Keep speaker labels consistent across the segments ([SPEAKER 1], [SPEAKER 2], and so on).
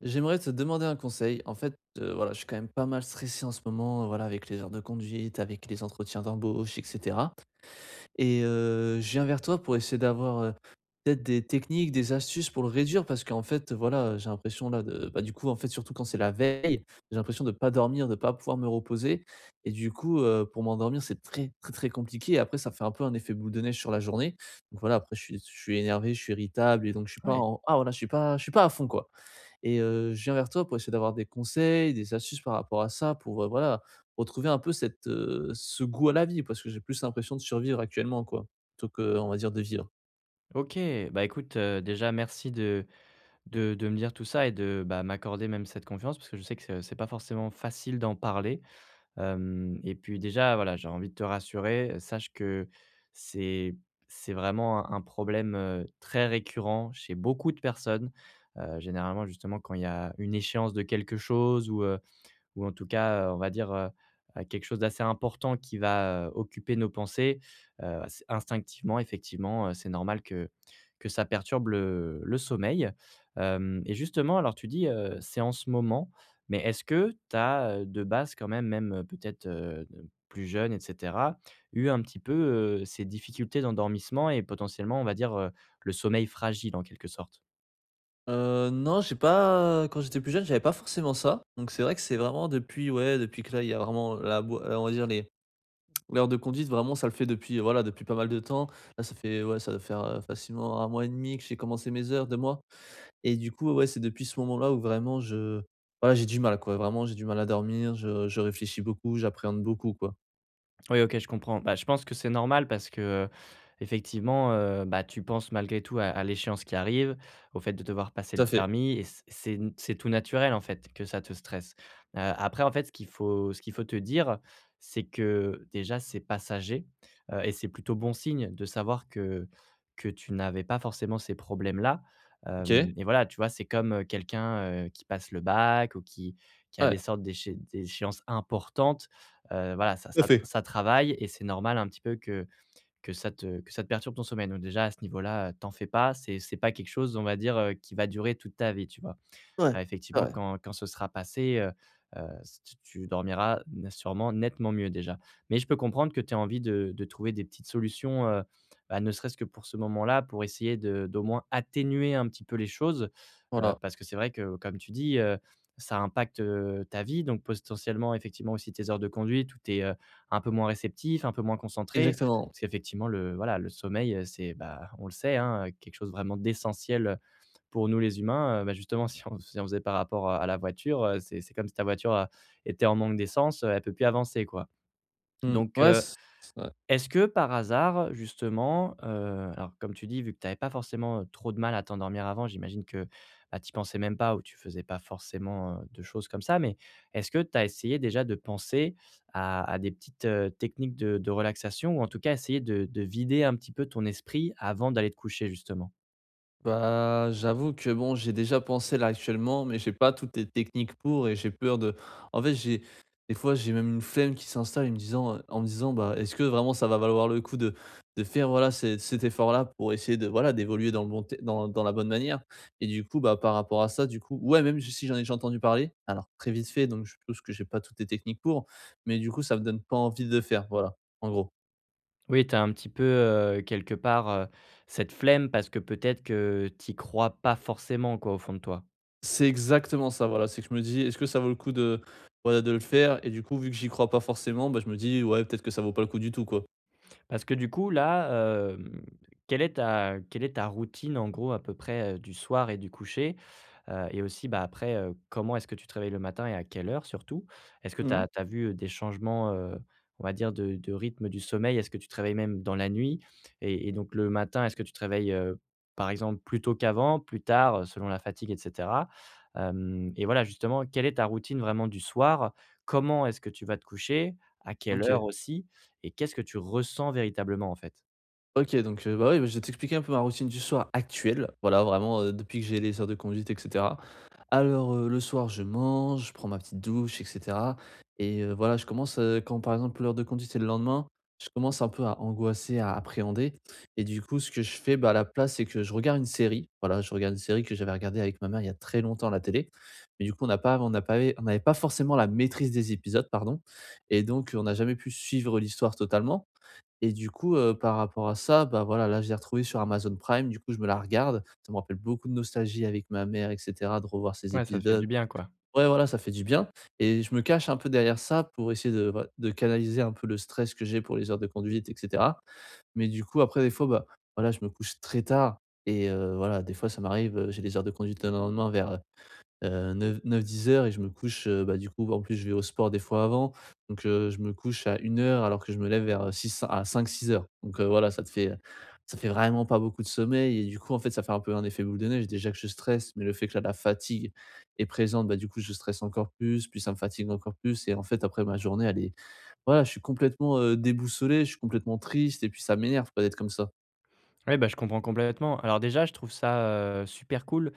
[SPEAKER 1] J'aimerais te demander un conseil. En fait, voilà, je suis quand même pas mal stressé en ce moment, voilà, avec les heures de conduite, avec les entretiens d'embauche etc. Et je viens vers toi pour essayer d'avoir, peut-être des techniques, des astuces pour le réduire parce qu'en fait, voilà, j'ai l'impression là de bah, du coup, en fait, surtout quand c'est la veille, j'ai l'impression de ne pas dormir, de ne pas pouvoir me reposer et du coup, pour m'endormir, c'est très, très, très compliqué et après ça fait un peu un effet boule de neige sur la journée. Donc voilà, après je suis énervé, je suis irritable et donc je suis pas
[SPEAKER 2] Ouais.
[SPEAKER 1] en ah, voilà, je suis pas à fond, quoi, et je viens vers toi pour essayer d'avoir des conseils, des astuces par rapport à ça pour, voilà, retrouver un peu ce goût à la vie parce que j'ai plus l'impression de survivre actuellement quoi, plutôt que on va dire de vivre.
[SPEAKER 2] OK. Bah, écoute, déjà merci de de me dire tout ça et de, bah, m'accorder même cette confiance parce que je sais que c'est pas forcément facile d'en parler, hem et puis déjà, voilà, j'ai envie de te rassurer, sache que c'est c'est vraiment un problème, très récurrent chez beaucoup de personnes, généralement justement quand il y a une échéance de quelque chose ou en tout cas, on va dire, quelque chose d'assez important qui va, occuper nos pensées, s instinctivement, effectivement, c'est normal que ça perturbe le sommeil. Hem Et justement, alors tu dis, c'est en ce moment, mais est-ce que tu as, de base quand même, même, peut-être, plus jeune, et cetera, eu un petit peu, ces difficultés d'endormissement et potentiellement, on va dire, le sommeil fragile en quelque sorte?
[SPEAKER 1] Non, j'ai pas quand j'étais plus jeune, j'avais pas forcément ça, donc c'est vrai que c'est vraiment depuis ouais, depuis que là, il y a vraiment la boi on va dire les l'heure de conduite vraiment ça le fait depuis, voilà, depuis pas mal de temps. Là, ça fait ouais, ça doit faire, facilement un mois et demi que j'ai commencé mes heures, 2 mois et du coup, ouais, c'est depuis ce moment-là où vraiment je voilà, j'ai du mal quoi, vraiment j'ai du mal à dormir, je réfléchis beaucoup, j'appréhende beaucoup quoi.
[SPEAKER 2] Oui, OK, je comprends. Bah, je pense que c'est normal parce que, effectivement, bah, tu penses malgré tout à l'échéance qui arrive, au fait de devoir passer
[SPEAKER 1] Tout
[SPEAKER 2] le
[SPEAKER 1] à fait.
[SPEAKER 2] permis et c c'est n c'est tout naturel, en fait, que ça te stresse. Après, en fait, ce qu'il faut te dire, c'est que déjà, c'est passager, et c'est plutôt bon signe de savoir que tu n'avais pas forcément ces problèmes-là.
[SPEAKER 1] OK.
[SPEAKER 2] Hem Et voilà, tu vois, c'est comme, quelqu'un, qui passe le bac ou qui a des
[SPEAKER 1] Ouais.
[SPEAKER 2] sortes d'échéances importantes. Voilà, ça
[SPEAKER 1] Tout à
[SPEAKER 2] ça
[SPEAKER 1] fait.
[SPEAKER 2] ça travaille et c'est normal un petit peu que ça te perturbe ton sommeil. Donc déjà à ce niveau-là, t'en fais pas, c'est pas quelque chose, on va dire, qui va durer toute ta vie, tu vois?
[SPEAKER 1] Ouais, c'est
[SPEAKER 2] Effectivement
[SPEAKER 1] vrai.
[SPEAKER 2] quand quand ce sera passé, s tu tu dormiras n sûrement nettement mieux déjà. Mais je peux comprendre que tu as envie de trouver des petites solutions, bah, ne serait-ce que pour ce moment-là, pour essayer de d'au moins atténuer un petit peu les choses.
[SPEAKER 1] Voilà,
[SPEAKER 2] Parce que c'est vrai que, comme tu dis, ça impacte, ta vie, donc potentiellement, effectivement, aussi tes heures de conduite où tu es, un peu moins réceptif, un peu moins concentré.
[SPEAKER 1] exactement.
[SPEAKER 2] Parce qu'effectivement, le voilà, le sommeil, c'est, bah, on le sait, hein, quelque chose vraiment d'essentiel, pour nous les humains. Bah, justement, si on faisait par rapport à la voiture, c'est comme si ta voiture, était en manque d'essence, elle peut plus avancer, quoi.
[SPEAKER 1] Mmh.
[SPEAKER 2] Donc
[SPEAKER 1] Ouais,
[SPEAKER 2] heu
[SPEAKER 1] c'est.
[SPEAKER 2] Est-ce que par hasard, justement, alors comme tu dis, vu que tu avais pas forcément, trop de mal à t'endormir avant, j'imagine que, bah, tu pensais même pas ou tu faisais pas forcément, de choses comme ça, mais est-ce que tu as essayé déjà de penser à des petites, techniques de relaxation ou en tout cas essayer de vider un petit peu ton esprit avant d'aller te coucher justement?
[SPEAKER 1] Bah, j'avoue que bon, j'ai déjà pensé là actuellement, mais j'ai pas toutes les techniques pour et j'ai peur de en fait, j'ai des fois, j'ai même une flemme qui s'installe en me disant, en me disant: «Bah, est-ce que vraiment ça va valoir le coup de faire, voilà, cet effort-là pour essayer voilà, d'évoluer dans le bon té dans dans la bonne manière ?» et du coup, bah, par rapport à ça, du coup ouais, même si j'en ai déjà entendu parler, alors très vite fait, donc je suppose que j'ai pas toutes les techniques pour, mais du coup, ça me donne pas envie de le faire, voilà, en gros.
[SPEAKER 2] Oui, tu as un petit peu, quelque part, cette flemme parce que peut-être que tu y crois pas forcément quoi, au fond de toi?
[SPEAKER 1] C'est exactement ça, voilà. C'est que je me dis: «Est-ce que ça vaut le coup de voilà, de le faire ?» et du coup, vu que j'y crois pas forcément, bah, je me dis: «Ouais, peut-être que ça vaut pas le coup du tout, quoi».
[SPEAKER 2] Parce que du coup, là, quelle est ta routine en gros à peu près, du soir et du coucher? Et aussi, bah, après, comment est-ce que tu te réveilles le matin et à quelle heure surtout? Est-ce que tu
[SPEAKER 1] Mmh.
[SPEAKER 2] as vu, des changements, on va dire de rythme du sommeil? Est-ce que tu te réveilles même dans la nuit? Et donc le matin, est-ce que tu te réveilles, par exemple plus tôt qu'avant, plus tard, selon la fatigue, et cetera? Hem Et voilà, justement, quelle est ta routine vraiment du soir? Comment est-ce que tu vas te coucher? À quelle
[SPEAKER 1] OK.
[SPEAKER 2] heure aussi? Et qu'est-ce que tu ressens véritablement, en fait?
[SPEAKER 1] OK, donc bah, oui, je vais t'expliquer un peu ma routine du soir actuelle. Voilà, vraiment, depuis que j'ai les heures de conduite et cetera. Alors, le soir, je mange, je prends ma petite douche et cetera et voilà, je commence, quand par exemple l'heure de conduite, c'est le lendemain, je commence un peu à angoisser, à appréhender et du coup, ce que je fais, bah, à la place, c'est que je regarde une série. Voilà, je regarde une série que j'avais regardée avec ma mère il y a très longtemps à la télé, mais du coup, on n'a pas on n'a pas on n'avait pas forcément la maîtrise des épisodes, pardon, et donc on n'a jamais pu suivre l'histoire totalement et du coup, par rapport à ça, bah, voilà, là, je l'ai retrouvée sur Amazon Prime, du coup, je me la regarde. Ça me rappelle beaucoup de nostalgie avec ma mère et cetera, de revoir ces
[SPEAKER 2] Ouais, ça fait du
[SPEAKER 1] épisodes.
[SPEAKER 2] bien, quoi.
[SPEAKER 1] Ouais, voilà, ça fait du bien et je me cache un peu derrière ça pour essayer de bah, de canaliser un peu le stress que j'ai pour les heures de conduite et cetera. Mais du coup, après, des fois, bah, voilà, je me couche très tard et voilà, des fois, ça m'arrive, j'ai les heures de conduite le lendemain vers, 9-10 heures et je me couche, bah, du coup, en plus, je vais au sport des fois avant. Donc, je me couche à 1 heure alors que je me lève vers, six à 5-6 heures. Donc, voilà, ça fait vraiment pas beaucoup de sommeil et du coup, en fait, ça fait un peu un effet boule de neige. Déjà que je stresse, mais le fait que là, la fatigue est présente, bah, du coup, je stresse encore plus, puis ça me fatigue encore plus et en fait, après ma journée, elle est voilà, je suis complètement, déboussolé, je suis complètement triste et puis ça m'énerve, quoi, d'être comme ça.
[SPEAKER 2] Ouais, bah, je comprends complètement. Alors déjà, je trouve ça, super cool,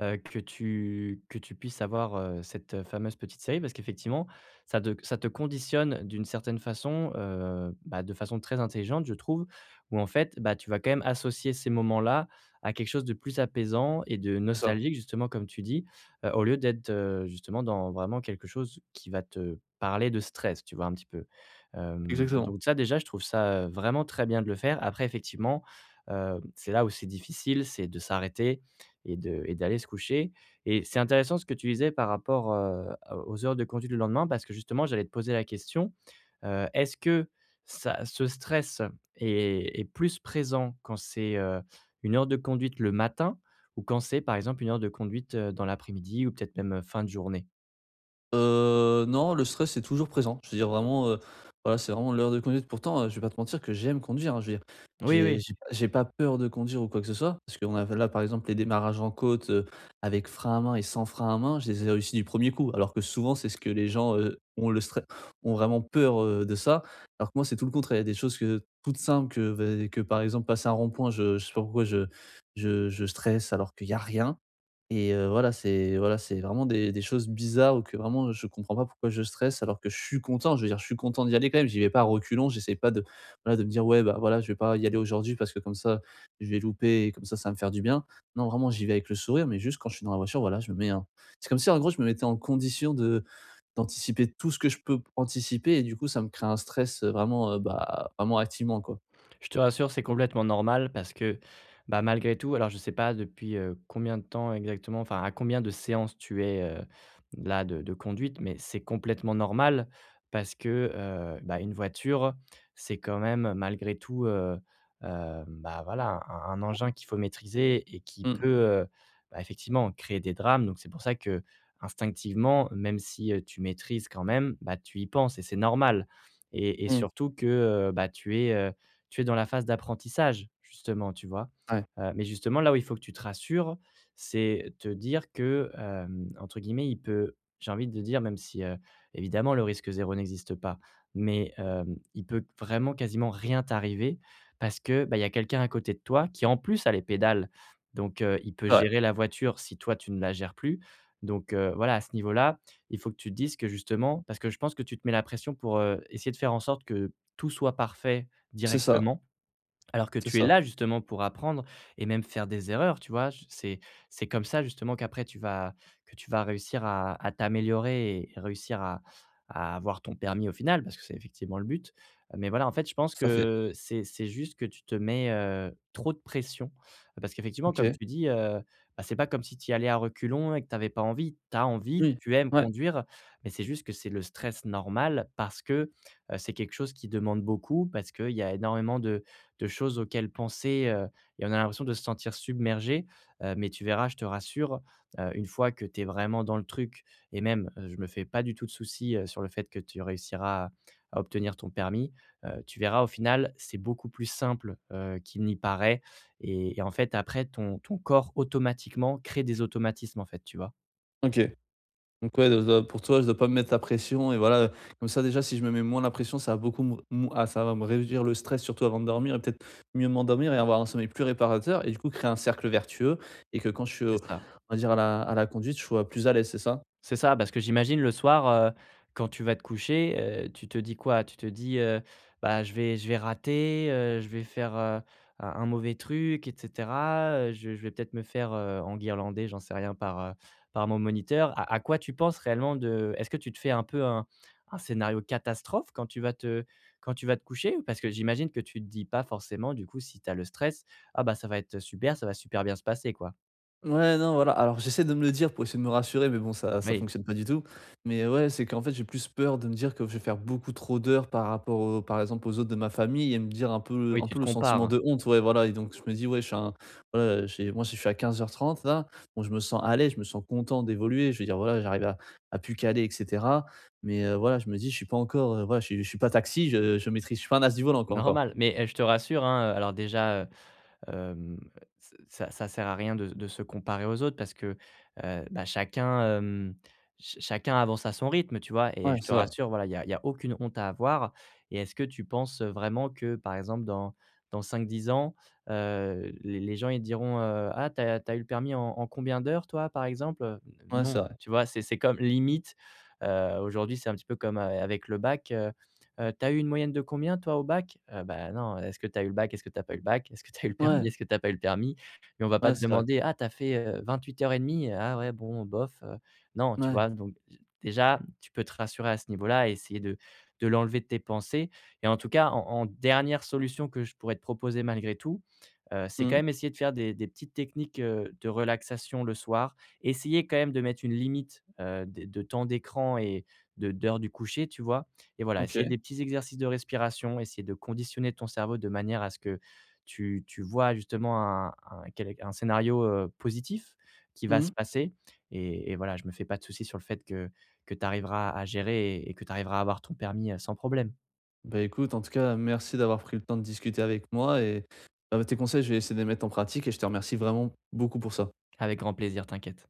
[SPEAKER 2] que tu puisses avoir, cette, fameuse petite série parce qu'effectivement ça te conditionne d'une certaine façon, bah, de façon très intelligente je trouve, où en fait, bah, tu vas quand même associer ces moments-là à quelque chose de plus apaisant et de
[SPEAKER 1] C'est ça,
[SPEAKER 2] nostalgique justement comme tu dis, au lieu d'être, justement dans vraiment quelque chose qui va te parler de stress, tu vois? Un petit peu.
[SPEAKER 1] exactement.
[SPEAKER 2] Donc ça déjà je trouve ça, vraiment très bien de le faire. Après effectivement, c'est là où c'est difficile, c'est de s'arrêter et de et d'aller se coucher et c'est intéressant ce que tu disais par rapport, aux heures de conduite le lendemain parce que justement j'allais te poser la question, est-ce que ça ce stress est plus présent quand c'est, 1 heure de conduite le matin ou quand c'est par exemple une heure de conduite, dans l'après-midi ou peut-être même, fin de journée?
[SPEAKER 1] Non, le stress est toujours présent. Je veux dire vraiment, voilà, c'est vraiment l'heure de conduite. Pourtant, je vais pas te mentir que j'aime conduire, hein. Je veux dire,
[SPEAKER 2] Oui,
[SPEAKER 1] j'ai
[SPEAKER 2] oui.
[SPEAKER 1] j'ai pas j'ai pas peur de conduire ou quoi que ce soit, parce qu'on a là, par exemple, les démarrages en côte, avec frein à main et sans frein à main, je les ai réussis du premier coup. Alors que souvent, c'est ce que les gens, ont le stress ont vraiment peur, de ça. Alors que moi, c'est tout le contraire. Il y a des choses que toutes simples que, bah, que par exemple passer un rond-point, je sais pas pourquoi je stresse alors qu'il y a rien. Et voilà, c'est vraiment des choses bizarres ou que vraiment je comprends pas pourquoi je stresse alors que je suis content. Je veux dire, je suis content d'y aller quand même, j'y vais pas à reculons, j'essaie pas de voilà, de me dire: «Ouais, bah, voilà, je vais pas y aller aujourd'hui parce que comme ça, je vais louper et comme ça va me faire du bien». Non, vraiment, j'y vais avec le sourire, mais juste quand je suis dans la voiture, voilà, je me mets un c'est comme si en gros, je me mettais en condition de d'anticiper tout ce que je peux anticiper et du coup, ça me crée un stress, vraiment, bah, vraiment activement, quoi.
[SPEAKER 2] Je te rassure, c'est complètement normal parce que, bah, malgré tout, alors je ne sais pas depuis, combien de temps exactement, enfin à combien de séances tu es, là de conduite, mais c'est complètement normal parce que, bah, une voiture, c'est quand même malgré tout, bah, voilà, un engin qu'il faut maîtriser et qui
[SPEAKER 1] Mmh,
[SPEAKER 2] peut, bah, effectivement créer des drames. Donc c'est pour ça que instinctivement, même si, tu maîtrises quand même, bah, tu y penses et c'est normal et
[SPEAKER 1] mmh,
[SPEAKER 2] surtout que, bah, tu es dans la phase d'apprentissage, justement, tu vois?
[SPEAKER 1] ouais,
[SPEAKER 2] Mais justement, là où il faut que tu te rassures, c'est te dire que, entre guillemets, il peut j'ai envie de dire, même si, évidemment le risque zéro n'existe pas, mais, il peut vraiment quasiment rien t'arriver parce que, bah, il y a quelqu'un à côté de toi qui en plus a les pédales. Donc, il peut
[SPEAKER 1] c'est vrai,
[SPEAKER 2] gérer la voiture si toi tu ne la gères plus. Donc, voilà, à ce niveau-là, il faut que tu te dises que justement parce que je pense que tu te mets la pression pour, essayer de faire en sorte que tout soit parfait
[SPEAKER 1] c'est ça,
[SPEAKER 2] directement. Alors que
[SPEAKER 1] c'est
[SPEAKER 2] tu es
[SPEAKER 1] ça,
[SPEAKER 2] là justement pour apprendre et même faire des erreurs, tu vois? J C'est comme ça justement qu'après tu vas réussir à t'améliorer et réussir à avoir ton permis au final, parce que c'est effectivement le but. Mais voilà, en fait, je pense
[SPEAKER 1] tout fait.
[SPEAKER 2] que c'est juste que tu te mets, trop de pression. Parce qu'effectivement, comme
[SPEAKER 1] OK.
[SPEAKER 2] tu dis, bah, c'est pas comme si tu y allais à reculons et que tu avais pas envie. Tu as envie,
[SPEAKER 1] Oui,
[SPEAKER 2] tu aimes
[SPEAKER 1] ouais,
[SPEAKER 2] conduire, mais c'est juste que c'est le stress normal parce que, c'est quelque chose qui demande beaucoup, parce qu'il y a énormément de choses auxquelles penser, et on a l'impression de se sentir submergé, mais tu verras, je te rassure, une fois que tu es vraiment dans le truc et même, je me fais pas du tout de soucis, sur le fait que tu réussiras à obtenir ton permis, tu verras au final, c'est beaucoup plus simple, qu'il n'y paraît et en fait, après ton corps automatiquement crée des automatismes, en fait, tu vois?
[SPEAKER 1] OK. Donc ouais, de pour toi, je dois pas me mettre la pression et voilà, comme ça déjà si je me mets moins la pression, ça va beaucoup me me ah ça va me réduire le stress surtout avant de dormir et peut-être mieux m'endormir et avoir un sommeil plus réparateur et du coup créer un cercle vertueux et que quand je suis au
[SPEAKER 2] C'est ça.
[SPEAKER 1] on va dire à la conduite, je sois plus à l'aise, c'est ça?
[SPEAKER 2] C'est ça, parce que j'imagine le soir, quand tu vas te coucher, tu te dis quoi? Tu te dis, «Bah, je vais rater, je vais faire, un mauvais truc, et cetera, je vais peut-être me faire, enguirlander, j'en sais rien, par, par mon moniteur». À quoi tu penses réellement de est-ce que tu te fais un peu un scénario catastrophe quand tu vas te coucher? Parce que j'imagine que tu ne te dis pas forcément, du coup, si tu as le stress: «Ah bah, ça va être super, ça va super bien se passer», quoi.
[SPEAKER 1] Ouais, non, voilà. Alors, j'essaie de me le dire pour essayer de me rassurer, mais bon, ça
[SPEAKER 2] Oui,
[SPEAKER 1] fonctionne pas du tout. Mais ouais, c'est qu'en fait, j'ai plus peur de me dire que je vais faire beaucoup trop d'heures par rapport aux par exemple, aux autres de ma famille et me dire un peu
[SPEAKER 2] oui,
[SPEAKER 1] un
[SPEAKER 2] tu
[SPEAKER 1] peu
[SPEAKER 2] te
[SPEAKER 1] le
[SPEAKER 2] compares,
[SPEAKER 1] sentiment
[SPEAKER 2] hein.
[SPEAKER 1] de honte, ouais, voilà et donc je me dis: «Ouais, je suis un» voilà, j'ai moi, je suis à 15 h 30 là, bon, je me sens à l'aise, je me sens content d'évoluer, je veux dire, voilà, j'arrive à plus caler et cetera. Mais voilà, je me dis: «Je suis pas encore, voilà, je suis pas taxi, je suis pas un as du volant, quoi, encore».
[SPEAKER 2] Normal, mais je te rassure, hein, alors déjà, hem, ç ça ça sert à rien de se comparer aux autres parce que, bah, chacun, hem, ch chacun avance à son rythme, tu vois? Et
[SPEAKER 1] Ouais,
[SPEAKER 2] je te
[SPEAKER 1] c'est vrai.
[SPEAKER 2] rassure, voilà, il y a y a aucune honte à avoir et est-ce que tu penses vraiment que, par exemple, dans cinq dix ans, les gens, ils te diront, «Ah, t'as eu le permis en en combien d'heures, toi, par exemple?»
[SPEAKER 1] Ouais, c'est
[SPEAKER 2] Non,
[SPEAKER 1] vrai.
[SPEAKER 2] tu vois? C'est comme limite, aujourd'hui, c'est un petit peu comme a avec le bac, heu, tu eu une moyenne de combien toi au bac? Bah, non, est-ce que t'as eu le bac? Est-ce que t'as pas eu le bac? Est-ce que t'as eu le permis?
[SPEAKER 1] Ouais,
[SPEAKER 2] Est-ce que t'as pas eu le permis? Et on va pas
[SPEAKER 1] ouais,
[SPEAKER 2] te
[SPEAKER 1] c'est vrai.
[SPEAKER 2] demander: «Ah t'as as fait, 28 heures et demie? Ah ouais, bon, bof». Non, tu
[SPEAKER 1] Ouais.
[SPEAKER 2] vois? Donc déjà, tu peux te rassurer à ce niveau-là et essayer de l'enlever de tes pensées et en tout cas, en dernière solution que je pourrais te proposer malgré tout, c'est quand
[SPEAKER 1] Mmh.
[SPEAKER 2] même essayer de faire des petites techniques, de relaxation le soir. Essayer quand même de mettre une limite, de temps d'écran et de d'heure du coucher, tu vois? Et voilà, essayer
[SPEAKER 1] OK.
[SPEAKER 2] des petits exercices de respiration, essayer de conditionner ton cerveau de manière à ce que tu vois justement un scénario, positif qui va se
[SPEAKER 1] Mmh.
[SPEAKER 2] passer et voilà, je me fais pas de soucis sur le fait que tu arriveras à gérer et que tu arriveras à avoir ton permis, sans problème.
[SPEAKER 1] Bah, écoute, en tout cas, merci d'avoir pris le temps de discuter avec moi et, bah, tes conseils, je vais essayer de les mettre en pratique et je te remercie vraiment beaucoup pour ça.
[SPEAKER 2] Avec grand plaisir, t'inquiète.